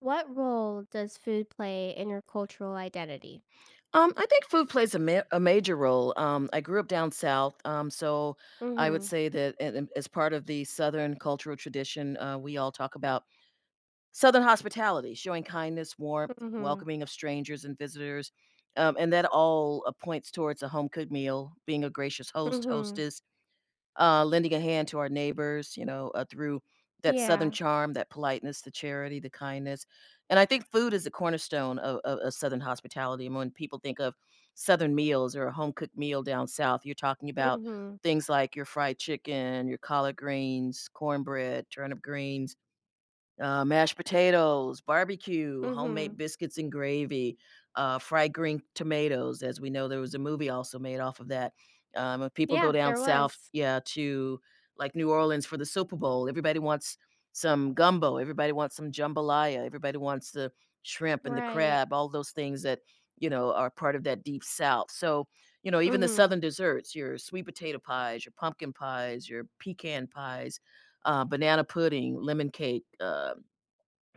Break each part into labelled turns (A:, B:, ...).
A: What role does food play in your cultural identity?
B: I think food plays a major role. I grew up down south, so I would
A: Mhm.
B: say that a and as part of the Southern cultural tradition, we all talk about Southern hospitality, showing kindness, warmth,
A: Mhm.
B: welcoming of strangers and visitors, and that all, points towards a home-cooked meal, being a gracious host,
A: Mhm.
B: hostess, lending a hand to our neighbors, you know, through that Southern
A: Yeah.
B: charm, that politeness, the charity, the kindness. And I think food is the cornerstone of Southern hospitality. And when people think of Southern meals or a home cooked meal down South, you're talking about
A: Mhm.
B: things like your fried chicken, your collard greens, cornbread, turnip greens, mashed potatoes, barbecue, homemade
A: Mhm.
B: biscuits and gravy, fried green tomatoes. As we know, there was a movie also made off of that. If people go
A: Yeah,
B: down
A: there
B: south,
A: was.
B: yeah, to like New Orleans for the Super Bowl, everybody wants some gumbo, everybody wants some jambalaya, everybody wants the shrimp and the
A: Right.
B: crab, all those things that you know are part of that deep south. So you know, even the
A: Mhm.
B: southern desserts, your sweet potato pies, your pumpkin pies, your pecan pies, banana pudding, lemon cake,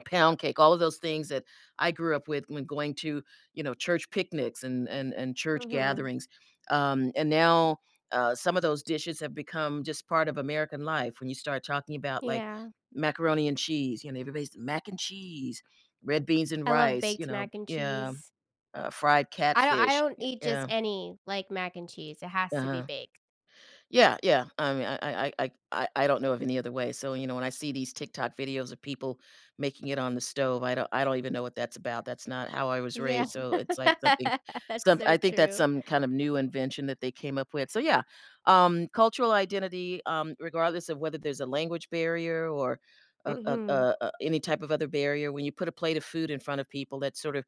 B: pound cake, all of those things that I grew up with when going to, you know, church picnics and church
A: Mhm.
B: gatherings. And now some of those dishes have become just part of American life. When you start talking about like
A: Yeah.
B: macaroni and cheese, you know, everybody's mac and cheese, red beans and
A: I love
B: rice, you
A: baked
B: know,
A: mac and
B: yeah,
A: cheese.
B: fried
A: I don't I
B: catfish,
A: don't eat just
B: yeah,
A: any, like, mac and cheese. It has to be
B: uh-huh.
A: baked.
B: Yeah, yeah. I mean, I don't know of any other way. So you know, when I see these TikTok videos of people making it on the stove, I don't even know what that's about. That's not how I was
A: Yeah.
B: raised. So it's like something,
A: That's
B: some.
A: so
B: I think that's
A: true.
B: some kind of new invention that they came up with. So yeah, cultural identity, regardless of whether there's a language barrier or
A: Mhm.
B: any type of other barrier, when you put a plate of food in front of people, that sort of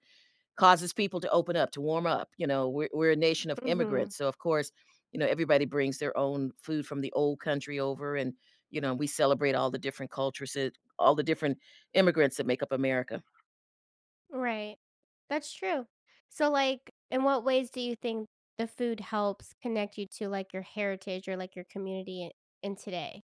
B: causes people to open up, to warm up. You know, we're a nation of
A: Mhm.
B: immigrants. So, of course, you know, everybody brings their own food from the old country over. And, you know, we celebrate all the different cultures, that- all the different immigrants that make up America.
A: Right. That's true. So, like, in what ways do you think the food helps connect you to, like, your heritage or, like, your community in today?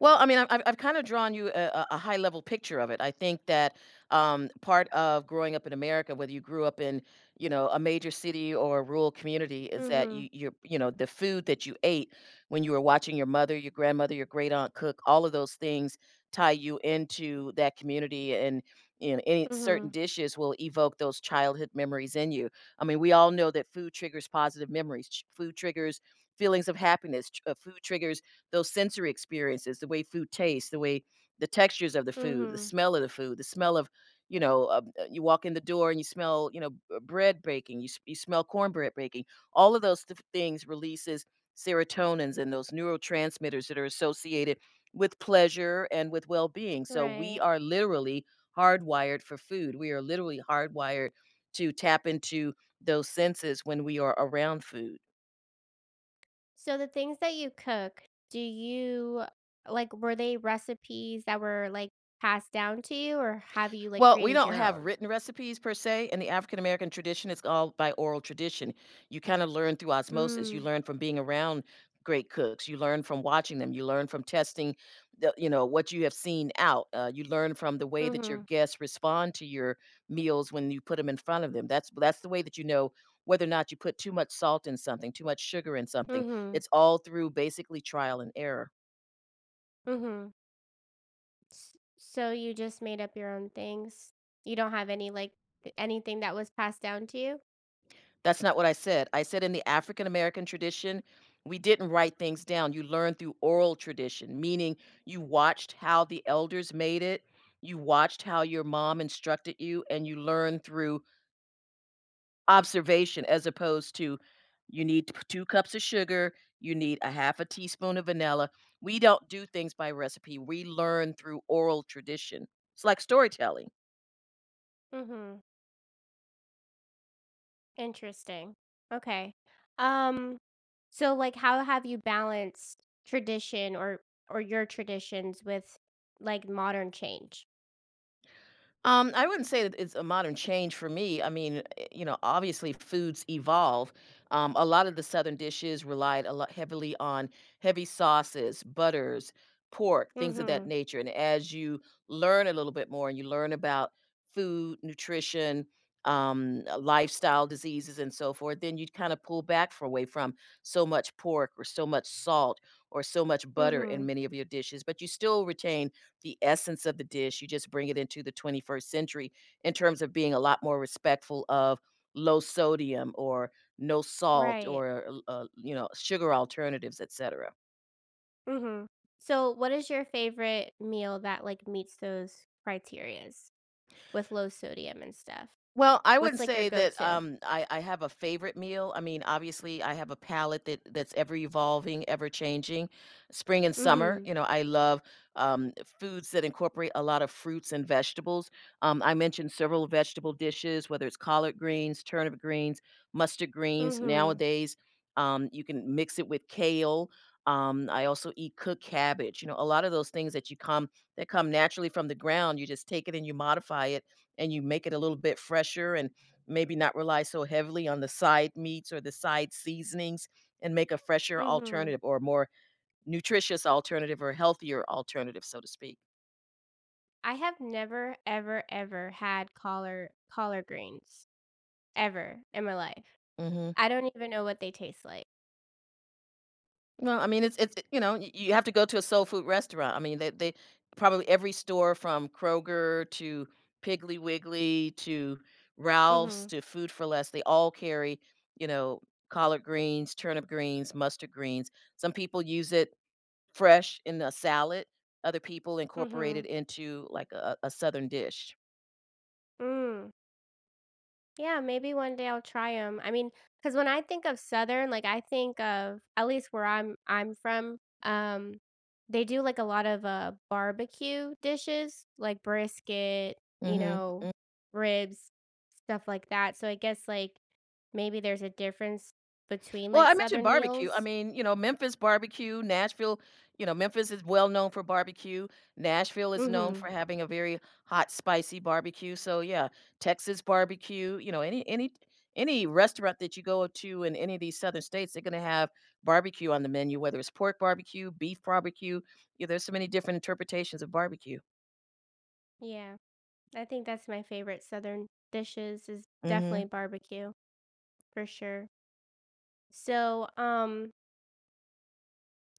B: Well, I mean, I've kind of drawn you a high level picture of it. I think that part of growing up in America, whether you grew up in you know a major city or a rural community, is that
A: Mhm.
B: you know the food that you ate when you were watching your mother, your grandmother, your great aunt cook. All of those things tie you into that community, and you know any certain
A: Mhm.
B: dishes will evoke those childhood memories in you. I mean, we all know that food triggers positive memories. Food triggers feelings of happiness. Food triggers those sensory experiences, the way food tastes, the way the textures of the food, the
A: Mhm.
B: smell of the food, the smell of, you know, you walk in the door and you smell, you know, bread baking, you smell cornbread baking. All of those things releases serotonins and those neurotransmitters that are associated with pleasure and with well-being. So we
A: Right.
B: are literally hardwired for food. We are literally hardwired to tap into those senses when we are around food.
A: So the things that you cook, do you, like, were they recipes that were, like, passed down to you, or have you, like,
B: Well, we
A: created
B: don't
A: your
B: have
A: own?
B: written recipes per se. In the African American tradition, it's all by oral tradition. You kind of learn through osmosis. You
A: Mm.
B: learn from being around great cooks. You learn from watching them. You learn from you know, what you have seen out. You learn from the way that your
A: Mhm.
B: guests respond to your meals when you put them in front of them. That's the way that you know whether or not you put too much salt in something, too much sugar in something.
A: Mhm.
B: It's all through basically trial and error.
A: Mhm. So you just made up your own things? You don't have any like anything that was passed down to you?
B: That's not what I said. I said in the African American tradition, we didn't write things down. You learn through oral tradition, meaning you watched how the elders made it, you watched how your mom instructed you, and you learn through observation as opposed to two cups of sugar, you need a half a teaspoon of vanilla. We don't do things by recipe. We learn through oral tradition. It's like storytelling.
A: Mhm. Interesting. Okay. Um, so, like, how have you balanced tradition or your traditions with, like, modern change?
B: I wouldn't say that it's a modern change for me. I mean, you know, obviously foods evolve. A lot of the Southern dishes relied a lot heavily on heavy sauces, butters, pork, things of that
A: Mhm.
B: nature. And as you learn a little bit more and you learn about food, nutrition, lifestyle diseases, and so forth, then you kind of pull back for away from so much pork or so much salt or so much butter in
A: Mhm.
B: many of your dishes, but you still retain the essence of the dish. You just bring it into the 21st century in terms of being a lot more respectful of low sodium or no salt
A: Right.
B: or you know sugar alternatives, etc.
A: Mhm. So what is your favorite meal that, like, meets those criterias with low sodium and stuff?
B: Well, I
A: What's,
B: wouldn't
A: like, your
B: say that,
A: go-to?
B: I have a favorite meal. I mean, obviously, I have a palate that that's ever evolving, ever changing. Spring and summer,
A: Mhm.
B: you know, I love, um, foods that incorporate a lot of fruits and vegetables. I mentioned several vegetable dishes, whether it's collard greens, turnip greens, mustard greens.
A: Mhm.
B: Nowadays, you can mix it with kale. I also eat cooked cabbage. You know, a lot of those things that you come that come naturally from the ground, you just take it and you modify it and you make it a little bit fresher and maybe not rely so heavily on the side meats or the side seasonings and make a fresher
A: Mhm.
B: alternative or more nutritious alternative or healthier alternative, so to speak.
A: I have never ever ever had collard greens ever in my life.
B: Mhm.
A: I don't even know what they taste like.
B: No, I mean, it's you know, y you have to go to a soul food restaurant. I mean, they probably every store from Kroger to Piggly Wiggly to Ralph's
A: Mhm,
B: to Food for Less, they all carry, you know, collard greens, turnip greens, mustard greens. Some people use it fresh in a salad, other people incorporate
A: mhm,
B: it into, like, a southern dish.
A: mm. Yeah, maybe one day I'll try 'em. I will try them. I mean, because when I think of Southern, like, I think of, at least where I'm from, they do, like, a lot of, barbecue dishes, like brisket, you
B: Mhm,
A: know,
B: mm.
A: ribs, stuff like that. So I guess, like, maybe there's a difference between,
B: Well,
A: like,
B: I mentioned
A: Southern
B: barbecue, I
A: meals?
B: mean, you know, Memphis barbecue, Nashville you know, Memphis is well known for barbecue, Nashville is known
A: Mhm,
B: for having a very hot, spicy barbecue, so, yeah, Texas barbecue, you know, any restaurant that you go to in any of these southern states, they're gonna have barbecue on the menu, whether it's pork barbecue, beef barbecue, yeah, there's so many different interpretations of barbecue.
A: yeah. I think that's my favorite Southern dishes is definitely
B: Mhm.
A: barbecue, for sure. So,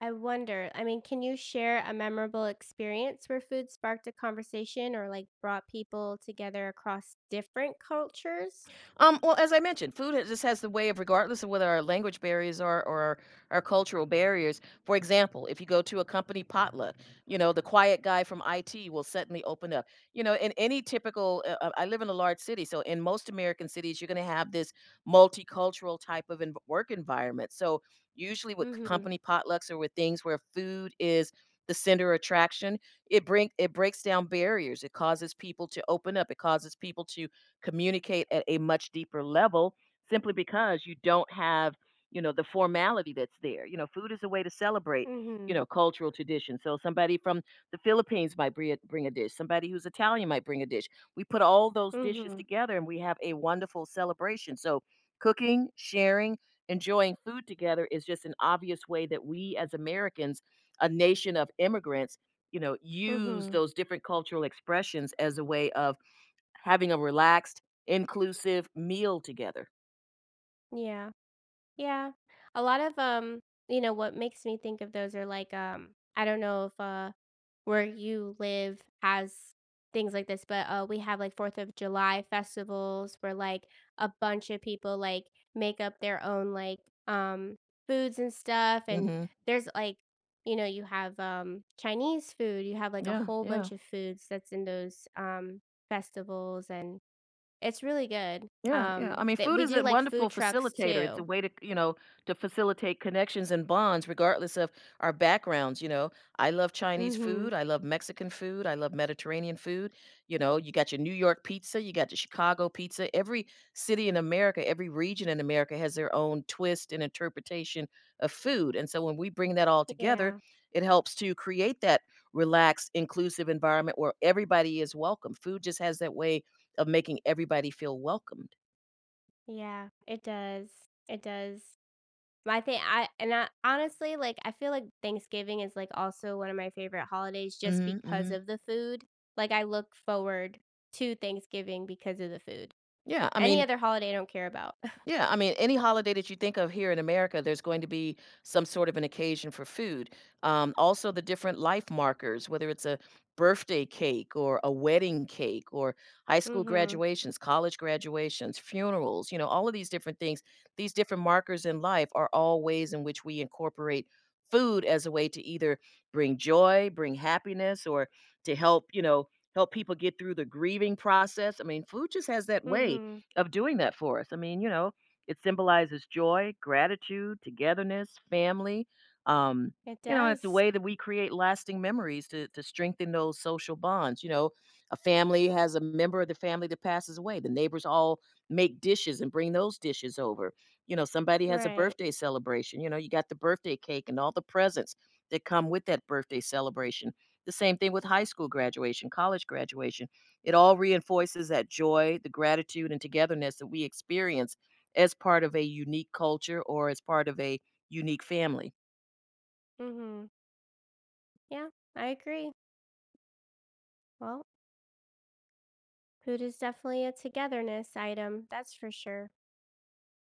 A: I wonder, I mean, can you share a memorable experience where food sparked a conversation or, like, brought people together across different cultures?
B: Well, as I mentioned, just has the way of, regardless of whether our language barriers are or our cultural barriers. For example, if you go to a company potluck, you know the quiet guy from IT will suddenly open up. You know, in any typical, I live in a large city, so in most American cities, you're going to have this multicultural type of work environment. So usually, with
A: Mhm.
B: company potlucks or with things where food is the center of attraction, it breaks down barriers. It causes people to open up. It causes people to communicate at a much deeper level simply because you don't have you know the formality that's there. You know food is a way to celebrate you
A: Mhm.
B: know cultural tradition, so somebody from the philippines might bring a dish, somebody who's italian might bring a dish. We put all those dishes
A: Mhm.
B: together and we have a wonderful celebration. So cooking, sharing, enjoying food together is just an obvious way that we as americans, a nation of immigrants, you know use
A: Mhm.
B: those different cultural expressions as a way of having a relaxed, inclusive meal together.
A: Yeah. Yeah. A lot of you know, what makes me think of those are like I don't know if where you live has things like this, but, we have, like, 4th of July festivals where, like, a bunch of people, like, make up their own, like, um, foods and stuff. And
B: Mhm.
A: there's, like, you know, you have, Chinese food. You have, like, a
B: Yeah,
A: whole
B: yeah.
A: bunch of foods that's in those, festivals, and it's really good.
B: Yeah, yeah. I mean,
A: That
B: food
A: we
B: is
A: do,
B: a
A: like, food
B: wonderful
A: trucks
B: facilitator. It's a
A: too.
B: way to, you know, to facilitate connections and bonds regardless of our backgrounds, you know. I love Chinese
A: Mhm.
B: food, I love Mexican food, I love Mediterranean food. You know, you got your New York pizza, you got your Chicago pizza. Every city in America, every region in America has their own twist and interpretation of food. And so when we bring that all together,
A: Yeah.
B: it helps to create that relaxed, inclusive environment where everybody is welcome. Food just has that way of making everybody feel welcomed.
A: Yeah. It does. It does. My thing, I— and I honestly, like, I feel like Thanksgiving is, like, also one of my favorite holidays just
B: Mhm,
A: because
B: mhm.
A: of the food. Like, I look forward to Thanksgiving because of the food.
B: Yeah, I
A: Any
B: mean,
A: other holiday I don't care about.
B: yeah, I mean, any holiday that you think of here in America, there's going to be some sort of an occasion for food. Also, the different life markers, whether it's a birthday cake or a wedding cake or high school
A: Mhm,
B: graduations, college graduations, funerals, you know, all of these different things, these different markers in life are all ways in which we incorporate food as a way to either bring joy, bring happiness, or to help, you know, help people get through the grieving process. I mean, food just has that way
A: mhm.
B: of doing that for us. I mean, you know, it symbolizes joy, gratitude, togetherness, family. Um,
A: It
B: you know, it's a
A: does.
B: way that we create lasting memories to strengthen those social bonds. You know, a family has a member of the family that passes away. The neighbors all make dishes and bring those dishes over. You know, somebody has a
A: Right.
B: birthday celebration. You know, you got the birthday cake and all the presents that come with that birthday celebration. The same thing with high school graduation, college graduation. It all reinforces that joy, the gratitude, and togetherness that we experience as part of a unique culture or as part of a unique family.
A: Mhm. Yeah, I agree. Well, food is definitely a togetherness item, that's for sure.